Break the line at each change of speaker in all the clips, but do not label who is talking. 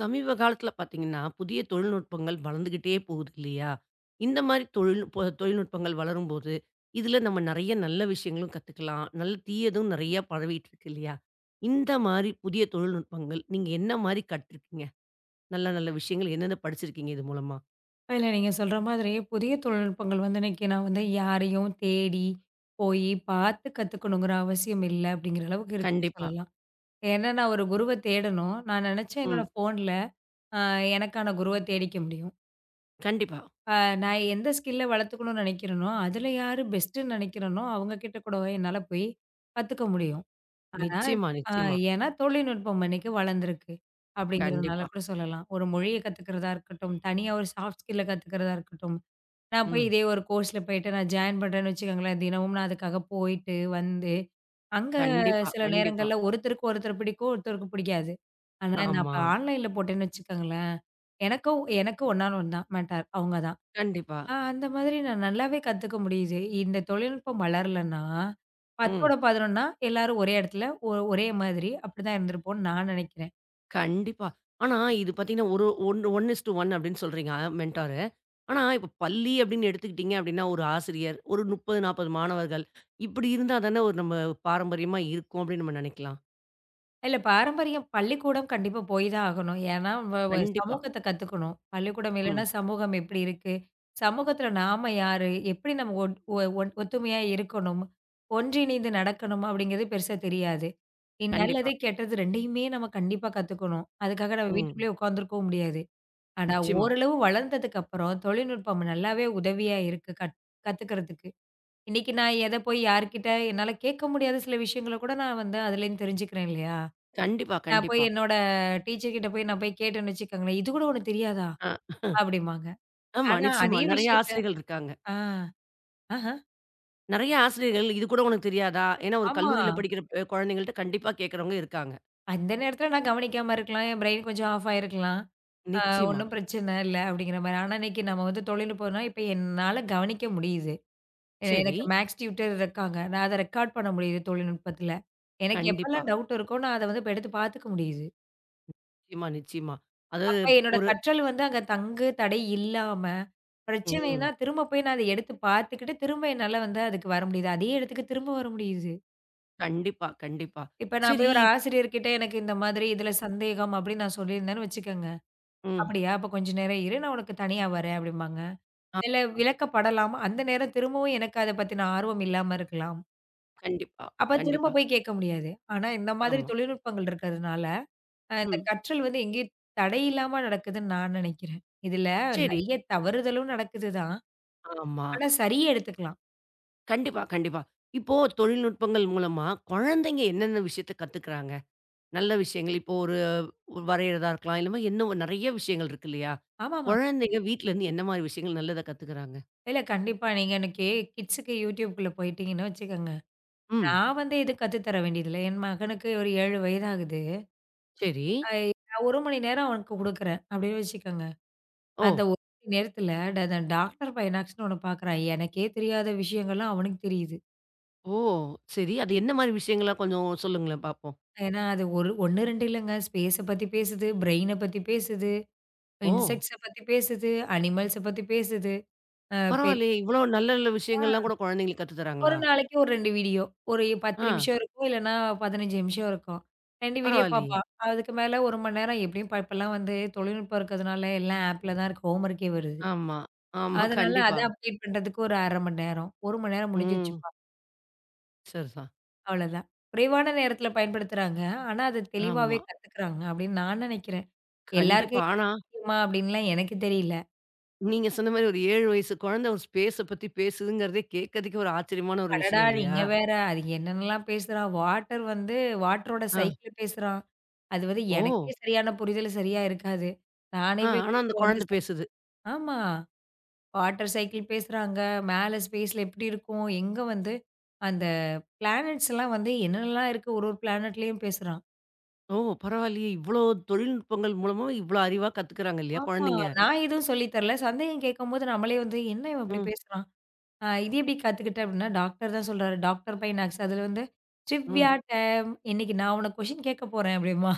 சமீப காலத்துல பார்த்தீங்கன்னா, புதிய தொழில்நுட்பங்கள் வளர்ந்துகிட்டே போகுது இல்லையா? இந்த மாரி தொழில்நுட்பங்கள் வளரும்போது, இதுல நம்ம நெறைய நல்ல விஷயங்களும் கத்துக்கலாம். நல்ல தீயதும் நெறையா பரவிட்டு இருக்கு இல்லையா? இந்த மாரி புதிய தொழில்நுட்பங்கள் நீங்க என்ன மாரி கற்றுக்கீங்க? நல்ல நல்ல விஷயங்கள் என்னென்ன படிச்சிருக்கீங்க இது மூலமா?
இல்ல நீங்க சொல்ற மாதிரி புதிய தொழில்நுட்பங்கள் வந்து இன்னைக்கு நான் வந்து யாரையும் தேடி போய் பார்த்து கத்துக்கணுங்கிற அவசியம் இல்ல அப்படிங்கிற அளவுக்கு இருக்குன்னு
கண்டிப்பா.
சொல்லலாம். ஏன்னா நான் ஒரு குருவ தேடணும். நான் நினைச்சேன். என்னோட
ம்.
ஃபோன்ல அ எனக்கான குருவ தேடிக்க முடியும்.
கண்டிப்பா.
அ நான் எந்த ஸ்கில்ல வளர்த்துக்கணும்னு நினைக்கிறேனோ, அதுல யாரு பெஸ்ட்டுன்னு நினைக்கிறேனோ அவங்க கிட்ட கூட என்னால போய் கத்துக்க முடியும். ஆனா,
நிச்சயமா,
ஆ
நிச்சயமா.
ஏன்னா தொழில்நுட்பம் இன்னைக்கு வளர்ந்திருக்கு. அப்படிங்கிறதுனால
கண்டிப்பா.
கூட சொல்லலாம். ஒரு மொழிய கத்துக்கிறதா இருக்கட்டும், தனியா ஒரு சாஃப்ட் ஸ்கில்ல கத்துக்கிறதா இருக்கட்டும். நான் போய்
ம்.
இதே ஒரு கோர்ஸ்ல போயிட்டு நான் ஜாயின் பண்றேன்னு வச்சுக்கோங்களேன், தினமும் நான் அதுக்காக போயிட்டு வந்து, அங்க
கண்டிப்பா,
சில
கண்டிப்பா.
நேரங்கள்ல ஒருத்தருக்கு ஒருத்தர் பிடிக்கும், ஒருத்தருக்கு பிடிக்காது. ஆனா, நான்
ஆமா.
இப்ப ஆன்லைன்ல போட்டேன்னு வச்சுக்கோங்களேன், எனக்கும் எனக்கும் 1 ஆள் 1 தான் மேட்டர். அவங்க தான்.
கண்டிப்பா.
அந்த மாதிரி நான் நல்லாவே கத்துக்க முடியுது. இந்த தொழில்நுட்பம் வளரலன்னா, 10ஓட
ம்.
11னா எல்லாரும் ஒரே இடத்துல ஒரே மாதிரி அப்படிதான் இருந்திருப்போம்னு நான் நினைக்கிறேன்.
கண்டிப்பா. ஆனா இது பார்த்தீங்கன்னா, ஒரு ஒன்று ஒன் 1:1 அப்படின்னு சொல்றீங்க மென்டாரு. ஆனா இப்ப பள்ளி அப்படின்னு எடுத்துக்கிட்டீங்க அப்படின்னா, ஒரு ஆசிரியர், ஒரு 30, 40 மாணவர்கள் இப்படி இருந்தா தானே ஒரு நம்ம பாரம்பரியமா இருக்கும் அப்படின்னு நம்ம நினைக்கலாம்.
இல்ல பாரம்பரியம் பள்ளிக்கூடம் கண்டிப்பா போய் தான் ஆகணும். ஏன்னா வ வ
கண்டிப்பா.
சமூகத்த கத்துக்கணும். பள்ளிக்கூடம் இல்லன்னா
ம்.
சமூகம் எப்படி இருக்கு? சமூகத்துல நாம யாரு? எப்படி நம்ம ஒ ஒ ஒன் ஒத்துமையா இருக்கணும்? ஒன்றிணைந்து நடக்கணும் அப்படிங்கிறது பெருசா தெரியாது. நல்லது,
கண்டிப்பா.
கெட்டது 2யுமே நம்ம கண்டிப்பா கத்துக்கணும். அதுக்காக நம்ம
ம்.
வீட்டுக்குள்ளேயே உட்காந்துருக்கவும் முடியாது. ஆனா
நிச்சயமா.
ஓரளவு வளர்ந்ததுக்கு அப்புறம் தொழில்நுட்பம் நல்லாவே உதவியா இருக்கு கத்துக்கிறதுக்கு. இன்னைக்கு நான் எத போய் யார்கிட்ட என்னால கேட்க முடியாத சில விஷயங்கள கூட நான் வந்து அதுலேருந்து தெரிஞ்சுக்கிறேன் இல்லையா?
கண்டிப்பா,
நான் போய்
கண்டிப்பா.
என்னோட டீச்சர் கிட்ட போய் நான் போய் கேட்டேன்னு வச்சுக்கோங்களேன், "இது கூட உனக்கு தெரியாதா?"
அ
அப்படிம்பாங்க.
ஆமா,
ஆனா
நிச்சயமா.
அதே
நெறைய
விஷயத்த.
ஆசிரியர்கள் இருக்காங்க.
ஆ, ஆஹ,
நெறைய ஆசிரியர்கள் இது கூட உனக்கு தெரியாதா? ஏன்னா ஒரு
ஆமா.
கல்லூரியில படிக்கிற குழந்தைங்கள்ட்ட கண்டிப்பா கேட்கிறவங்க இருக்காங்க.
அந்த நேரத்துல நான் கவனிக்காம இருக்கலாம். என் பிரெயின் கொஞ்சம் ஆஃப் ஆயிருக்கலாம். ஆ
நிச்சயமா.
ஒண்ணும் பிரச்சனை இல்ல அப்படிங்கிற மாரி. ஆனா இன்னைக்கு நம்ம வந்து தொழில்நுட்பம்னா இப்ப என்னால கவனிக்க முடியுது.
சரி.
எனக்கு மேக்ஸ் டியூட்டர் இருக்காங்க. நான் அத ரெக்கார்ட் பண்ண முடியுது தொழில்நுட்பத்துல. எனக்கு
கண்டிப்பா.
எப்பலாம் டவுட் இருக்கோ, நான் அத வந்து இப்ப எடுத்து பாத்துக்க முடியுது.
நிச்சயமா, நிச்சயமா. அதாவது
அப்ப என்னோட
ஒரு
கற்றல் வந்து அங்க தங்கு தடை இல்லாம, பிரச்சனைன்னா
ம்.
திரும்ப போய் நான் அத எடுத்து பாத்துக்கிட்டு, திரும்ப என்னால வந்து அதுக்கு வர முடியுது. அதே இடத்துக்கு திரும்ப வர முடியுது.
கண்டிப்பா, கண்டிப்பா.
இப்ப நான்
சரி.
போய் ஒரு ஆசிரியர்கிட்ட எனக்கு இந்த மாதிரி இதுல சந்தேகம் அப்படின்னு நான் சொல்லியிருந்தேன்னு வச்சுக்கங்க.
ம்.
அப்படியா? அப்ப கொஞ்ச நேரம் இரு. நான் உனக்கு தனியா வரேன் அப்படிம்பாங்க.
ஆ
இல்ல விளக்கப்படலாம். அந்த நேரம் திரும்பவும் எனக்கு அத பத்தின ஆர்வம் இல்லாம இருக்கலாம்.
கண்டிப்பா,
அப்ப திரும்ப
கண்டிப்பா.
போய் கேட்க முடியாது. ஆனா, இந்த மாதிரி
ஆமா.
தொழில்நுட்பங்கள் இருக்கிறதுனால, இந்த
ம்.
கற்றல் வந்து எங்கேயும் தடையில்லாம நடக்குதுன்னு நான் நினைக்கிறேன். இதுல
சரி.
நெறைய தவறுதலும் நடக்குது தான்.
ஆமா.
ஆனா, சரியா எடுத்துக்கலாம்.
கண்டிப்பா, கண்டிப்பா. இப்போ தொழில்நுட்பங்கள் மூலமா குழந்தைங்க என்னென்ன விஷயத்த கத்துக்குறாங்க? நல்ல விஷயங்கள் இப்போ ஒரு வரையிறதா இருக்கலாம். இல்லமா இன்னும் நெறைய விஷயங்கள் இருக்கு இல்லையா?
ஆமாமா.
குழந்தைங்க வீட்ல இருந்து என்ன மாரி விஷயங்கள் நல்லத கத்துக்குறாங்க?
இல்ல கண்டிப்பா. நீங்க இன்னைக்கு கிட்ஸுக்கு YouTubeக்குள்ள போயிட்டீங்கன்னு வச்சுக்கோங்க.
ம்.
நான் வந்து எதுவும் கத்து தர வேண்டியதில்ல. என் மகனுக்கு ஒரு 7 வயதாகுது.
சரி.
அ நான் 1 மணி நேரம் அவனுக்கு குடுக்குறேன் அப்படின்னு வச்சுக்கோங்க.
ஓ!
அந்த 1 மணி நேரத்துல அந்த டாக்டர் பைனாக்ஸ்ன்னு ஒண்ணு பார்க்குறான். எனக்கே தெரியாத விஷயங்கள்லாம் அவனுக்கு தெரியுது.
ஓ! சரி. அது என்ன மாரி விஷயங்கள்லாம் கொஞ்சம் சொல்லுங்களேன் பாப்போம்.
ஏன்னா, அது ஒரு 1, 2 இல்லங்க. ஸ்பேஸ பத்தி பேசுது, பிரெயின பத்தி பேசுது,
ஓ!
இன்செக்ட்ஸ பத்தி பேசுது, அனிமல்ஸ பத்தி பேசுது. அ பெ
பரவாயில்லையே! இவ்வளோ நல்ல நல்ல
ஆ
விஷயங்கள்லாம் கூட குழந்தைங்களுக்கு கத்து
ஒரு
தராங்களா?
நாளைக்கு ஒரு 2 வீடியோ. ஒரு 10
ஆ.
நிமிஷம் இருக்கும், இல்லன்னா 15 நிமிஷம் இருக்கும். 2 வீடியோ
பரவாயில்லையே!
பாப்பா. அதுக்கு மேல 1 மணி நேரம் எப்படியும் இப்பலாம் வந்து தொழில்நுட்பம் இருக்கிறதுனால எல்லாம் ஆப்ல தான் இருக்கு. ஹோம் ஒர்க்கே வருது.
ஆமா, ஆமா.
அதனால அத
கண்டிப்பா.
அப்டேட் பண்றதுக்கு ஒரு 1/2 மணி நேரம். 1 மணி நேரம்
ம்.
முடிஞ்சிருச்சுப்பா.
சரிதான்.
அவ்வளோதான். குறைவான நேரத்தில பயன்படுத்துறாங்க. ஆனா, அத தெளிவாவே
ஆமா.
கத்துக்குறாங்க அப்படின்னு நான் நினைக்கிறேன். எல்லாருக்கும்
கண்டிப்பா. ஆனா,
முக்கியமா அப்படின்லாம் எனக்கு தெரியல.
நீங்க சொன்ன மாரி ஒரு 7 வயசு குழந்தை ஒரு ஸ்பேஸ பத்தி பேசுதுங்கிறதே கேட்கறதுக்கே ஒரு ஆச்சரியமான ஒரு
அடடா!
விஷயம் இல்லையா?
நீங்க வேற. அது என்னென்னலாம் பேசுறா? வாட்டர் வந்து வாட்டரோட
ஆ.
சைக்கிள பேசுறான். அது வந்து
ஓ!
எனக்கே சரியான புரிதல் சரியா இருக்காது. நானே போய்
ஆனா அந்த
கூட்டிட்டு வந்து
குழந்தை பேசுது.
ஆமா. வாட்டர் சைக்கிள் பேசுறாங்க. மேல ஸ்பேஸ்ல எப்படி இருக்கும்? எங்க வந்து அந்த பிளானெட்ஸ்லாம் வந்து என்னென்னலாம் இருக்கு ஒரு ஒரு பிளானெட்லயும் பேசுறான்.
ஓ! பரவாயில்லையே! இவ்ளோ தொழில்நுட்பங்கள் மூலமா இவ்ளோ அறிவா கத்துக்குறாங்க இல்லையா
ஆமா.
குழந்தைங்க?
நான் எதுவும் சொல்லி தரல. சந்தேகம் கேட்கும்போது நம்மளே வந்து என்ன இவன் இப்படி
ம்,
பேசுறான்? இது எப்படி கத்துக்கிட்டேன் அப்படின்னா, டாக்டர் தான் சொல்றாரு. Doctor by nurse. அதுல வந்து
ம்.
ட்ரிவியா டைம் இன்னைக்கு நான் உனக்கு கொஸ்டின் கேட்க போறேன் அப்படிம்பா.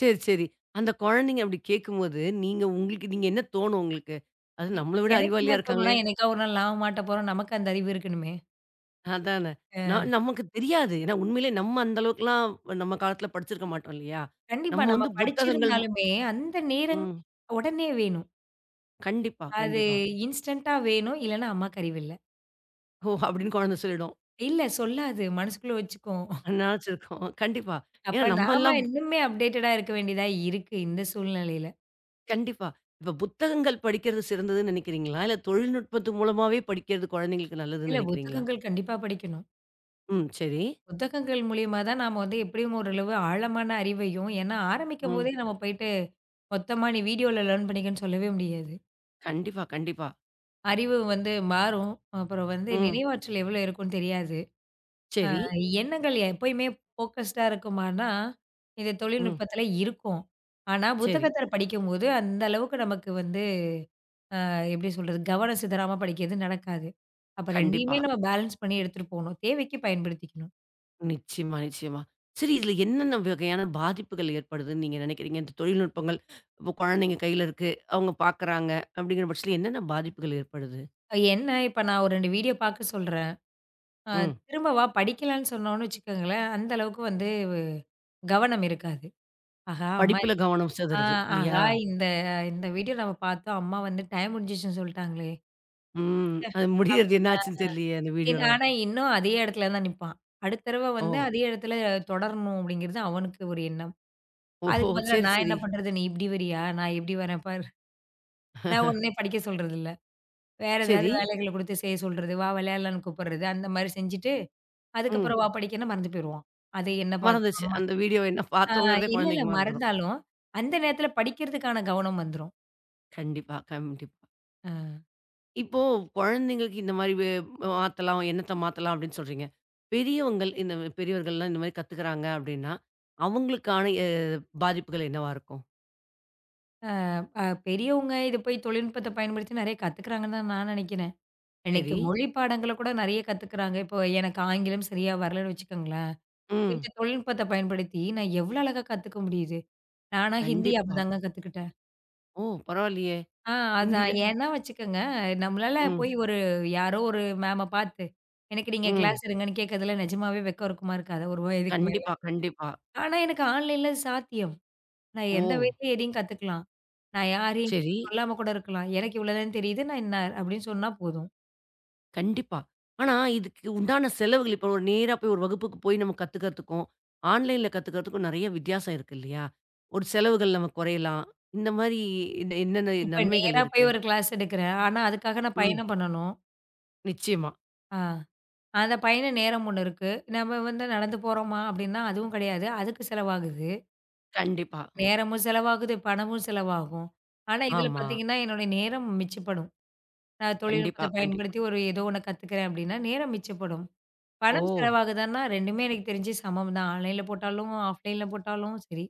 சரி, சரி. அந்த குழந்தைங்க அப்படி கேட்கும்போது, நீங்க உங்களுக்கு நீங்க என்ன தோணும் உங்களுக்கு? அது நம்மள விட
எனக்கு என்ன
அறிவாளியா
தோணும்னா,
இருக்காங்களே!
என்னைக்கா ஒரு நாள் நாம மாட்ட போறோம். நமக்கு அந்த அறிவு இருக்கணுமே.
அதானே.
அ
நான் நமக்கு தெரியாது. ஏன்னா உண்மையிலே நம்ம அந்த அளவுக்குலாம் நம்ம காலத்துல படிச்சிருக்க மாட்டோம் இல்லையா?
கண்டிப்பா
நம்ம
நம்ம
வந்து புத்தகங்கள் மு-.
படிச்சிருந்தாலுமே அந்த நேரம்
ம்.
உடனே வேணும்.
கண்டிப்பா,
அது
கண்டிப்பா.
இன்ஸ்டன்ட்டா வேணும். இல்லன்னா அம்மாக்கு அறிவு இல்ல.
"ஓ!" அப்படின்னு குழந்தை சொல்லிடும்.
இல்ல சொல்லாது. மனசுக்குள்ள வச்சுக்கும்.
நினைச்சிருக்கோம். கண்டிப்பா. ஏன்னா
அப்ப நாம
நம்மலாம்.
இன்னுமே அப்டேட்டடா இருக்க வேண்டியதா இருக்கு இந்த சூழ்நிலையில.
கண்டிப்பா. இப்ப புத்தகங்கள் படிக்கிறது சிறந்ததுன்னு நினைக்கிறீங்களா? இல்ல தொழில்நுட்பத்து மூலமாவே படிக்கிறது குழந்தைங்களுக்கு நல்லதுன்னு
இல்ல
நினைக்கிறீங்களா?
புத்தகங்கள் கண்டிப்பா படிக்கணும்.
ம். சரி.
புத்தகங்கள் மூலியமா தான் நாம வந்து எப்படியும் ஓரளவு ஆழமான அறிவையும் ஏன்னா
ம்.
ஆரம்பிக்கும்போதே நம்ம போயிட்டு மொத்தமா நீ வீடியோல லேர்ன் பண்ணிக்கன்னு சொல்லவே முடியாது.
கண்டிப்பா, கண்டிப்பா.
அறிவு வந்து மாறும். அப்புறம் வந்து
ம்.
நினைவாற்றல் எவ்வளோ இருக்கும்னு தெரியாது. அ
சரி.
எண்ணங்கள் எப்பயுமே ஃபோக்கஸ்டா இருக்குமான்னா, இந்த
ம்.
தொழில்நுட்பத்தில இருக்கும். ஆனா
சரி.
புத்தகத்தில படிக்கும்போது அந்த அளவுக்கு நமக்கு வந்து எப்படி சொல்றது? கவனம் சிதறாம படிக்கிறது நடக்காது. அப்ப
கண்டிப்பா.
2யுமே நம்ம பேலன்ஸ் பண்ணி எடுத்துட்டு போணும். தேவைக்கு பயன்படுத்திக்கணும்.
நிச்சயமா, நிச்சயமா. சரி இதுல என்னென்ன வகையான பாதிப்புகள் ஏற்படுதுன்னு நீங்க நினைக்கிறீங்க? இந்த தொழில்நுட்பங்கள் இப்போ குழந்தைங்க கையில இருக்கு. அவங்க பார்க்குறாங்க அப்படிங்கிற பட்சத்துல என்னென்ன பாதிப்புகள் ஏற்படுது?
என்ன இப்ப நான் ஒரு 2 வீடியோ பார்க்க சொல்றேன். அ
ம்.
திரும்ப வா படிக்கலான்னு சொன்னோம்னு வச்சுக்கோங்களேன், அந்த அளவுக்கு வந்து கவனம் இருக்காது. ஆஹா! அம்மா
படிப்புல கவனம்
ஆ
சிதறுது இல்லையா?
ஆஹா! இந்த இந்த வீடியோ நம்ம பார்த்தோம். அம்மா வந்து டைம் முடிஞ்சிருச்சுன்னு சொல்லிட்டாங்களே!
ம். அது முடியறது என்ன ஆச்சுன்னு தெரியலையே அந்த
அப்படின்னு
வீடியோல.
ஆனா இன்னும் அதே இடத்துல தான் நிப்பான். அடுத்த தடவ
ஓ!
வந்து அதே இடத்துல தொடரணும் அப்படிங்கிறது அவனுக்கு ஒரு எண்ணம்.
ஓஹோ!
அதுக்கு பதிலா
சரி,
நான் என்ன
சரி,
பண்றது? நீ இப்படி வரியா? நான் எப்படி வரேன் பாரு. நான் உடனே படிக்க சொல்றதில்ல. வேற ஏதாவது
சரி.
வேலைகள குடுத்து செய்ய சொல்றது. வா விளையாடலான்னு கூப்பிடுறது. அந்த மாரி செஞ்சுட்டு,
ம்.
அதுக்கப்புறம் வா படிக்கன்னா மறந்து போயிருவான். அது என்ன
மறந்துருச்சு.
பார்த்தோம்?
அந்த வீடியோ என்ன
ஆ
பார்த்தோங்கிறதே
இல்ல, இல்ல
குழந்தைக்கு மறந்துரும்.
மறந்தாலும், அந்த நேரத்தில படிக்கிறதுக்கான கவனம் வந்துரும்.
கண்டிப்பா, கண்டிப்பா.
அ
இப்போ குழந்தைங்களுக்கு இந்த மாரி மாத்தலாம், எண்ணத்த மாத்தலாம் அப்படின்னு சொல்றீங்க. பெரியவர்கள்லாம் இந்த மாரி கத்துக்கிறாங்க அப்படின்னா, அவங்களுக்கான பாதிப்புகள் என்னவா இருக்கும்?
அ பெரியவங்க இது போய் தொழில்நுட்பத்த பயன்படுத்தி நெறைய கத்துக்கிறாங்கன்னு தான் நான் நெனைக்கிறேன். இன்னைக்கு
சரி.
மொழி பாடங்கள கூட நெறைய கத்துக்கிறாங்க. இப்போ எனக்கு ஆங்கிலம் சரியா வரலன்னு வச்சுக்கோங்களேன்.
ம்.
இந்த தொழில்நுட்பத்த பயன்படுத்தி நான் எவ்ளோ அழகா கத்துக்க முடியுது. நானா ஹிந்தி
கண்டிப்பா.
அப்படிதாங்க கத்துக்கிட்டேன்.
ஓ! பரவாயில்லையே!
ஆ அதான்
ஹிந்தில
ஏன்னா வச்சுக்கோங்க, நம்மளால
ம்,
போய் ஒரு யாரோ ஒரு மேம பார்த்து, "எனக்கு நீங்க
ம்.
கிளாஸ் எடுங்கன்னு" கேட்கறதுல நிஜமாவே வெக்கம் இருக்குமா? இருக்காதா? ஒரு வயதுக்கு மேல.
கண்டிப்பா, கண்டிப்பா.
ஆனா எனக்கு ஆன்லைன்ல அது சாத்தியம். நான்
ஓ!
எந்த வேலையும் எதையும் கத்துக்கலாம். நான் யாரையும்
சரி.
சொல்லாம கூட இருக்கலாம். எனக்கு இவ்வளோதான் தெரியுது. நான் என்ன அப்படின்னு சொன்னா போதும்.
கண்டிப்பா. ஆனா, இதுக்கு உண்டான செலவுகள் இப்போ ஒரு நேரா போய் ஒரு வகுப்புக்கு போய் நம்ம கத்துக்கிறதுக்கும், ஆன்லைன்ல கத்துக்கிறதுக்கும் நெறைய வித்தியாசம் இருக்கு இல்லையா? ஒரு செலவுகள் நம்ம குறையலாம். இந்த மாரி என்னென்ன
இப்ப
நன்மைகள்
நேரா போய்
இருக்கு?
ஒரு கிளாஸ் எடுக்கிறேன். ஆனா அதுக்காக நான்
ம்.
பயணம் பண்ணணும்.
நிச்சயமா.
ஆ அந்த பயண நேரம் ஒண்ணு இருக்கு. நம்ம வந்து நடந்து போறோமா அப்படின்னா அதுவும் கிடையாது. அதுக்கு செலவாகுது.
கண்டிப்பா.
நேரமும் செலவாகுது, பணமும் செலவாகும். ஆனா இதுல
ஆமா.
பார்த்தீங்கன்னா, என்னோட நேரம் மிச்சப்படும். நான்
கண்டிப்பா,
தொழில்நுட்பத்த
கண்டிப்பா.
பயன்படுத்தி ஒரு ஏதோ ஒண்ணு கத்துக்கிறேன் அப்படின்னா, நேரம் மிச்சப்படும்.
ஓ!
பணம் செலவாகுதான்னா 2மே எனக்கு தெரிஞ்சு சமம் தான். ஆன்லைன்ல போட்டாலும், ஆஃப்லைன்ல போட்டாலும் சரி.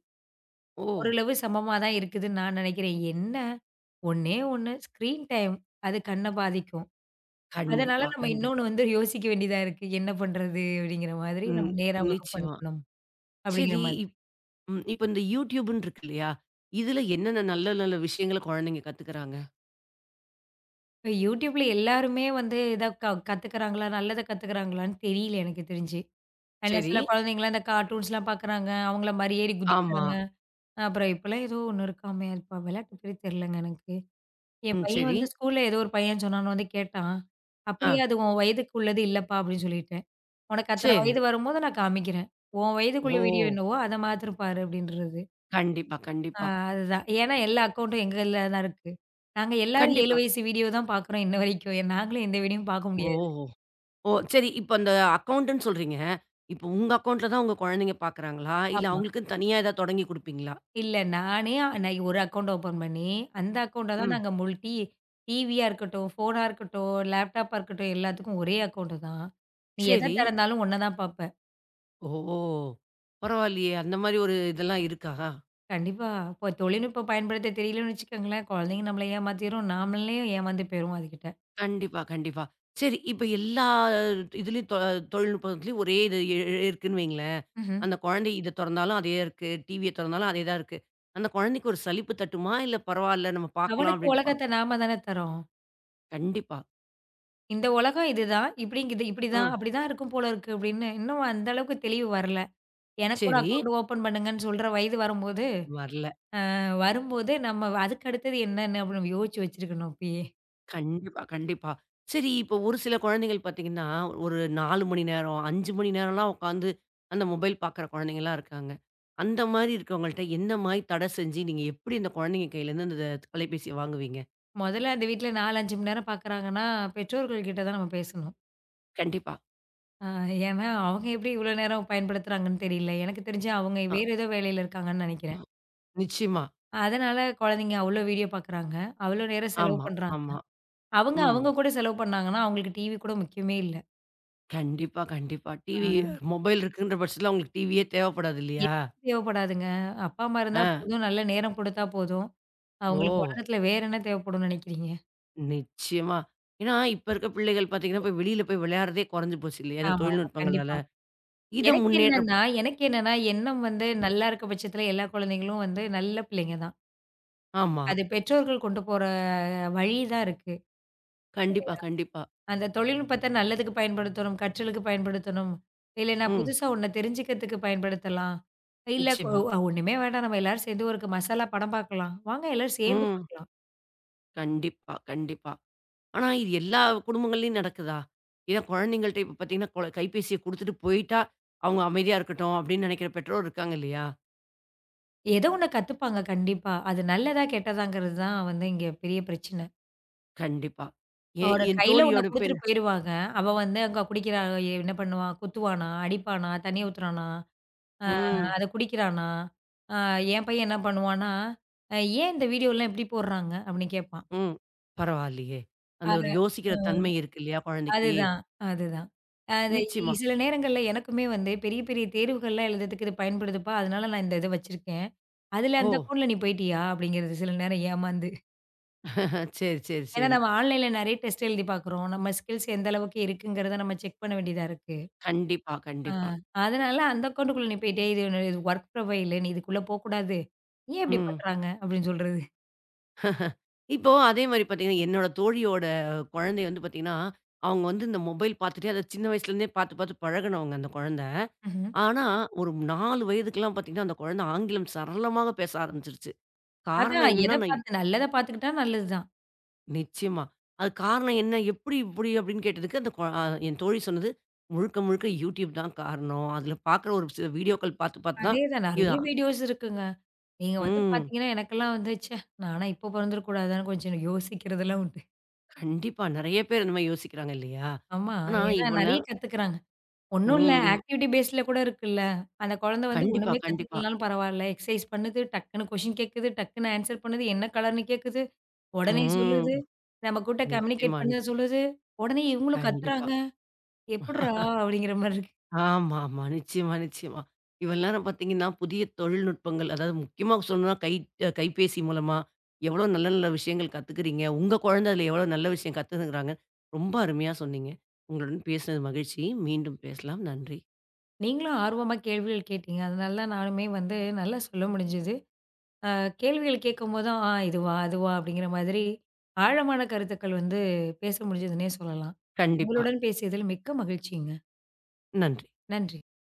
ஓ!
ஓரளவு சமமா தான் இருக்குதுன்னு நான் நினைக்கிறேன். என்ன ஒண்ணே ஒண்ணு ஸ்க்ரீன் டைம் அது கண்ண பாதிக்கும். அதனால
கண்டிப்பா,
நம்ம இன்னொன்னு
கண்டிப்பா.
வந்து யோசிக்க வேண்டியதா இருக்கு. என்ன பண்றது? அப்படிங்கிற மாதிரி
ம்.
நம்ம நேரா வகுப்பு
நிச்சயமா.
அனுப்பணும் அப்படிங்கிற
சரி,
மாதிரி.
இப் ம். இப்ப இந்த YouTubeன்னு இருக்கு இல்லையா? இதுல என்னென்ன நல்ல நல்ல விஷயங்கள குழந்தைங்க கத்துக்குறாங்க?
இப்ப YouTubeல எல்லாருமே வந்து இத கத்துக்கிறாங்களா? நல்லத கத்துக்கிறாங்களான்னு தெரியல எனக்கு தெரிஞ்சு. ஏன்னா
சரி.
சில குழந்தைங்கலாம் இந்த கார்ட்டூன்ஸ்லாம் பார்க்குறாங்க. அவங்கள மாரி ஏறி
ஆமா.
குதிக்கிறாங்க. அப்புறம் இப்பலாம் ஏதோ ஒண்ணு இருக்காமே! அது விளையாட்டு பேரு தெரிலங்க எனக்கு. என்
ம்.
பையன்
சரி.
வந்து ஸ்கூல்ல ஏதோ ஒரு பையன் சொன்னான்னு வந்து கேட்டான்.
ஆ.
"அப்படியா அது உன் வயதுக்கு உள்ளது இல்லப்பா" அப்படின்னு சொல்லிட்டேன். "உனக்கு அத்தன
சரி.
வயது வரும்போது நான் காமிக்கிறேன். உன் வயதுக்குள்ள
ஓ!
வீடியோ என்னவோ அத மாத்திரம் பாரு" அப்படின்றது.
கண்டிப்பா,
ஆ
கண்டிப்பா.
அதுதான். ஏன்னா எல்லா அக்கவுண்டும் எங்க இதுல தான் இருக்கு. நாங்க எல்லாரும் 7
கண்டிப்பா.
வயசு வீடியோ தான் பார்க்குறோம் இன்ன வரைக்கும். நாங்களும் எந்த வீடியோவும் பார்க்க முடியாது.
ஓ! ஓ! சரி. இப்ப அந்த அக்கவுண்ட்ன்னு சொல்றீங்க. இப்ப உங்க அக்கவுண்ட்ல தான் உங்க குழந்தைங்க பார்க்குறாங்களா? இல்ல
ஆமா.
அவங்களுக்குன்னு தனியா ஏதாவது தொடங்கி குடுப்பீங்களா?
நான் ஒரு அக்கவுண்ட் ஓப்பன் பண்ணி, அந்த அக்கவுண்ட்ட தான்
ம்.
நாங்க முல்டி டிவியா இருக்கட்டும், ஃபோனா இருக்கட்டும், லேப்டாப்பா இருக்கட்டும் எல்லாத்துக்கும் ஒரே அக்கவுண்ட் தான். நீ எத
சரி.
திறந்தாலும் ஒன்ன தான் பார்ப்ப.
ஓ! பரவாயில்லையே! அந்த மாரி ஒரு இதெல்லாம் இருக்கா?
கண்டிப்பா. இப்போ தொழில்நுட்பம் பயன்படுத்த தெரியலன்னு வச்சுக்கோங்களேன், குழந்தைங்க நம்மள ஏமாத்திரும். நாமளே ஏமாந்து போயிருவோம் அதுகிட்ட.
கண்டிப்பா, கண்டிப்பா. சரி இப்ப எல்லா இதுலயும் தொழில்நுட்பத்துலயும் ஒரே இது இ இ- இருக்குன்னு வைங்களேன்.
ம்ஹ்ம்.
அந்த குழந்தை இத தொறந்தாலும் அதே இருக்கு. டிவிய தொறந்தாலும் அதே தான் இருக்கு. அந்த குழந்தைக்கு ஒரு சலிப்பு தட்டுமா? இல்ல பரவால்ல நம்ம பார்க்கலாம்
அவனுக்கு
அப்டின்ட்டு பார்க்.
உலகத்த நாம தானே தர்றோம்.
கண்டிப்பா.
இந்த உலகம் இதுதான். இப்படிங்குது
ஆ
இப்படிதான், அப்படிதான் இருக்கும் போல இருக்கு அப்படின்னு இன்னும் அந்த அளவுக்கு தெளிவு வரல. எனக்கு ஒரு
சரி.
அக்கவுண்ட் ஓப்பன் பண்ணுங்கன்னு சொல்ற வயது வரும்போது,
வரல.
வரும்போது நம்ம அதுக்கு அடுத்தது என்னன்னு அப்படி நம்ம யோசிச்சு வச்சிருக்கணும் அப்பயே.
கண்டிப்பா, கண்டிப்பா. சரி இப்போ ஒரு சில குழந்தைகள் பார்த்தீங்கன்னா, ஒரு 4 மணி நேரம், 5 மணி நேரம்லாம் உட்காந்து அந்த மொபைல் பார்க்குற குழந்தைங்கலாம் இருக்காங்க. அந்த மாரி இருக்கவங்கள்ட்ட என்ன மாரி தடை செஞ்சு, நீங்க எப்படி அந்த குழந்தைங்க கையிலேருந்து அந்த தொலைபேசிய வாங்குவீங்க?
முதல்ல அந்த வீட்ல 4, 5 மணி நேரம் பார்க்குறாங்கன்னா, பெற்றோர்கள் கிட்ட தான் நம்ம பேசணும்.
கண்டிப்பா.
அ ஏன்னா அவங்க எப்படி இவ்வளோ நேரம் பயன்படுத்துறாங்கன்னு தெரியல. எனக்கு தெரிஞ்சு அவங்க
அ,
வேறு ஏதோ வேலையில இருக்காங்கன்னு
அ,
நெனைக்கிறேன்.
நிச்சயமா.
அதனால குழந்தைங்க அவ்ளோ வீடியோ பார்க்குறாங்க. அவ்ளோ நேரம் செலவு
ஆமா,
பண்றாங்க.
ஆமா.
அவங்க,
ம்.
அவங்க கூட செலவு பண்ணாங்கன்னா, அவங்களுக்கு டிவி கூட முக்கியமே இல்ல.
கண்டிப்பா, கண்டிப்பா. டிவி
ஆ.
மொபைல் இருக்குன்ற பட்சத்தில அவங்களுக்கு டிவியே தேவைப்படாது இல்லையா?
எதுவும் தேவைப்படாதுங்க. அப்பா, அம்மா இருந்தா
ஆ.
போதும். நல்ல நேரம் குடுத்தா போதும். அவங்களுக்கு
ஓ!
உலகத்துல வேற என்ன தேவைப்படும்னு நினைக்கிறீங்க?
நிச்சயமா. ஏன்னா, இப்ப இருக்க பிள்ளைகள் பார்த்தீங்கன்னா, போய் வெளியில போய் விளையாடுறதே குறைஞ்சு போச்சு இல்லையா? இந்த
ஆமாமா.
தொழில்நுட்பங்களால.
கண்டிப்பா.
இத
எனக்கு
முன்னேற்றம்
என்னன்னா
பண்-.
எனக்கு என்னன்னா எண்ணம் வந்து நல்லா இருக்க பட்சத்துல எல்லா குழந்தைங்களும் வந்து நல்ல பிள்ளைங்க தான்.
ஆமா.
அது பெற்றோர்கள் கொண்டு போற வழி தான் இருக்கு.
கண்டிப்பா, கண்டிப்பா.
அந்த தொழில்நுட்பத்த நல்லதுக்கு பயன்படுத்தணும், கற்றலுக்கு பயன்படுத்தணும். இல்லைன்னா
ம்.
புதுசா ஒண்ண தெரிஞ்சுக்கிறதுக்கு பயன்படுத்தலாம். இல்ல கொ
நிச்சயமா.
ஒண்ணுமே வேண்டாம் நம்ம எல்லாரும் சேர்ந்து ஒரு மசாலா படம் பார்க்கலாம். வாங்க எல்லாரும் சேர்ந்து
ம்.
பார்க்கலாம்.
கண்டிப்பா, கண்டிப்பா. ஆனா இது எல்லா குடும்பங்கள்லயும் நடக்குதா? ஏன்னா குழந்தைங்கள்ட்ட இப்ப பார்த்தீங்கன்னா, கைபேசிய குடுத்துட்டு போயிட்டா, அவங்க அமைதியா இருக்கட்டும் அப்படின்னு நெனைக்கிற பெற்றோர் இருக்காங்க இல்லையா?
ஏதோ ஒண்ண கத்துப்பாங்க கண்டிப்பா. அது நல்லதா, கெட்டதாங்கிறது தான் வந்து இங்க பெரிய பிரச்சனை.
கண்டிப்பா.
ஒரு
என்
கையில ஒண்ண
தோழியோட
குடுத்துட்டு
பெண்
போயிருவாங்க. அவ வந்து அங்க குடிக்கிறா, என்ன பண்ணுவான்? குத்துவானா? அடிப்பானா? தண்ணி ஊத்துறானா? அ
ம்,
அத குடிக்கிறானா? அ என் பையன் என்ன பண்ணுவான்னா, "ஏன் இந்த வீடியோலாம் இப்படி போடுறாங்க?" அப்படின்னு கேட்பான்.
ம். பரவாயில்லையே! அந்த
அத
ஒரு யோசிக்கிற
அ.
தன்மை இருக்கு இல்லையா குழந்தைக்கு?
அதுதான், அதுதான். அது இ
நிச்சயமா.
சில நேரங்கள்ல எனக்குமே வந்து பெரிய, பெரிய தேர்வுகள்லாம் எழுதுறதுக்கு இது பயன்படுதுப்பா. அதனால நான் இந்த இத வச்சிருக்கேன். அதுல
ஓ!
அந்த அக்கவுண்ட்ல நீ போயிட்டியா? அப்படிங்கிறது சில நேரம் ஏமாந்து.
சரி, சரி,
ஏன்னா
சரி.
நம்ம ஆன்லைன்ல நெறைய டெஸ்ட் எழுதி பார்க்குறோம். நம்ம ஸ்கில்ஸ் எந்த அளவுக்கு இருக்குங்கிறத நம்ம செக் பண்ண வேண்டியதா இருக்கு.
கண்டிப்பா,
ஆ
கண்டிப்பா.
அதனால அந்த அக்கவுண்டுக்குள்ள நீ போயிட்டியா? இது உன்னோட இது வொர்க் ப்ரொஃபைலு நீ இதுக்குள்ள போக்கூடாது. ஏன் இப்படி
ம்.
பண்றாங்க? அப்படின்னு சொல்றது.
இப்போ அதே மாரி பார்த்தீங்கன்னா, என்னோட தோழியோட குழந்தை வந்து பார்த்தீங்கன்னா, அவங்க வந்து இந்த மொபைல் பார்த்துட்டே அத சின்ன வயசுலேருந்தே பார்த்து பார்த்து பழகுனவங்க அந்த குழந்தை.
ம்ஹ்ம்.
ஆனா, ஒரு 4 வயதுக்கெல்லாம் பார்த்தீங்கன்னா, அந்த குழந்தை ஆங்கிலம் சரளமாக பேச ஆரம்பிச்சுருச்சு. காரணம்
அதான் எத
என்னன்னா, நான்.
பார்த்து நல்லத பார்த்துக்கிட்டா நல்லது தான்.
நிச்சயமா. அது காரணம் என்ன? எப்படி இப்படி? அப்படின்னு கேட்டதுக்கு அந்த கொ அ என் தோழி சொன்னது, "முழுக்க முழுக்க YouTube தான் காரணம். அதில பார்க்குற ஒரு சில வீடியோக்கள் பார்த்து பார்த்து தான்
அதேதான். நெறைய
இதா."
வீடியோஸ் இருக்குங்க. நீங்க வந்து
ம்.
பார்த்தீங்கன்னா, எனக்கெல்லாம் வந்து, ச்சே! நானா இப்ப பொறந்திருக்க கூடாதான்னு கொஞ்சம் யோசிக்கிறதெல்லாம் உண்டு.
கண்டிப்பா. நெறைய பேர் அந்த மாரி யோசிக்கிறாங்க இல்லையா?
ஆமா.
ஆனா
ஏன்னா
இவ்வளோ
நெறைய
நேரம்
கத்துக்கிறாங்க. ஒண்ணும் இல்ல
ம்.
ஆக்டிவிட்டி பேஸ்ல கூட இருக்குல்ல. அந்த குழந்தை வந்து
கண்டிப்பா,
ஒண்ணுமே
கண்டிப்பா.
கத்துக்கலனாலும் பரவால்ல. எக்சர்சைஸ் பண்ணுது, டக்குன்னு கொஸ்டின் கேட்குது, டக்குன்னு ஆன்ஸர் பண்ணுது, என்ன கலர்ன்னு கேட்குது, உடனே
ம்.
சொல்லுது, நம்மகிட்ட கம்யூனிகேட்
நிச்சயமா,
பண்ண
நிச்ச
சொல்லுது, உடனே இவங்களும்
கண்டிப்பா.
கத்துறாங்க. எப்புட்றா! அப்படிங்கிற மாரி இருக்கு.
ஆமாமா. நிச்சயமா, நிச்சயமா. இவள் நேரம் பார்த்தீங்கன்னா, புதிய தொழில்நுட்பங்கள் அதாவது முக்கியமா சொல்லணும்னா கை அ கைபேசி மூலமா எவ்வளோ நல்ல நல்ல விஷயங்கள் கத்துக்கிறீங்க. உங்க குழந்தை அதில எவ்வளோ நல்ல விஷயம் கத்துக்குறாங்க. ரொம்ப அருமையா சொன்னீங்க. உங்களுடன் பேசினது மகிழ்ச்சி. மீண்டும் பேசலாம். நன்றி.
நீங்களும் ஆர்வமா கேள்விகள் கேட்டீங்க. அதனால தான் நானுமே வந்து நல்லா சொல்ல முடிஞ்சது. அ கேள்விகள் கேட்கும்போது தான், ஆ இதுவா? அதுவா? அப்படிங்கிற மாதிரி ஆழமான கருத்துக்கள் வந்து பேச முடிஞ்சதுன்னே சொல்லலாம்.
கண்டிப்பா.
உங்களுடன் பேசியதில் மிக்க மகிழ்ச்சிங்க.
நன்றி.
நன்றி.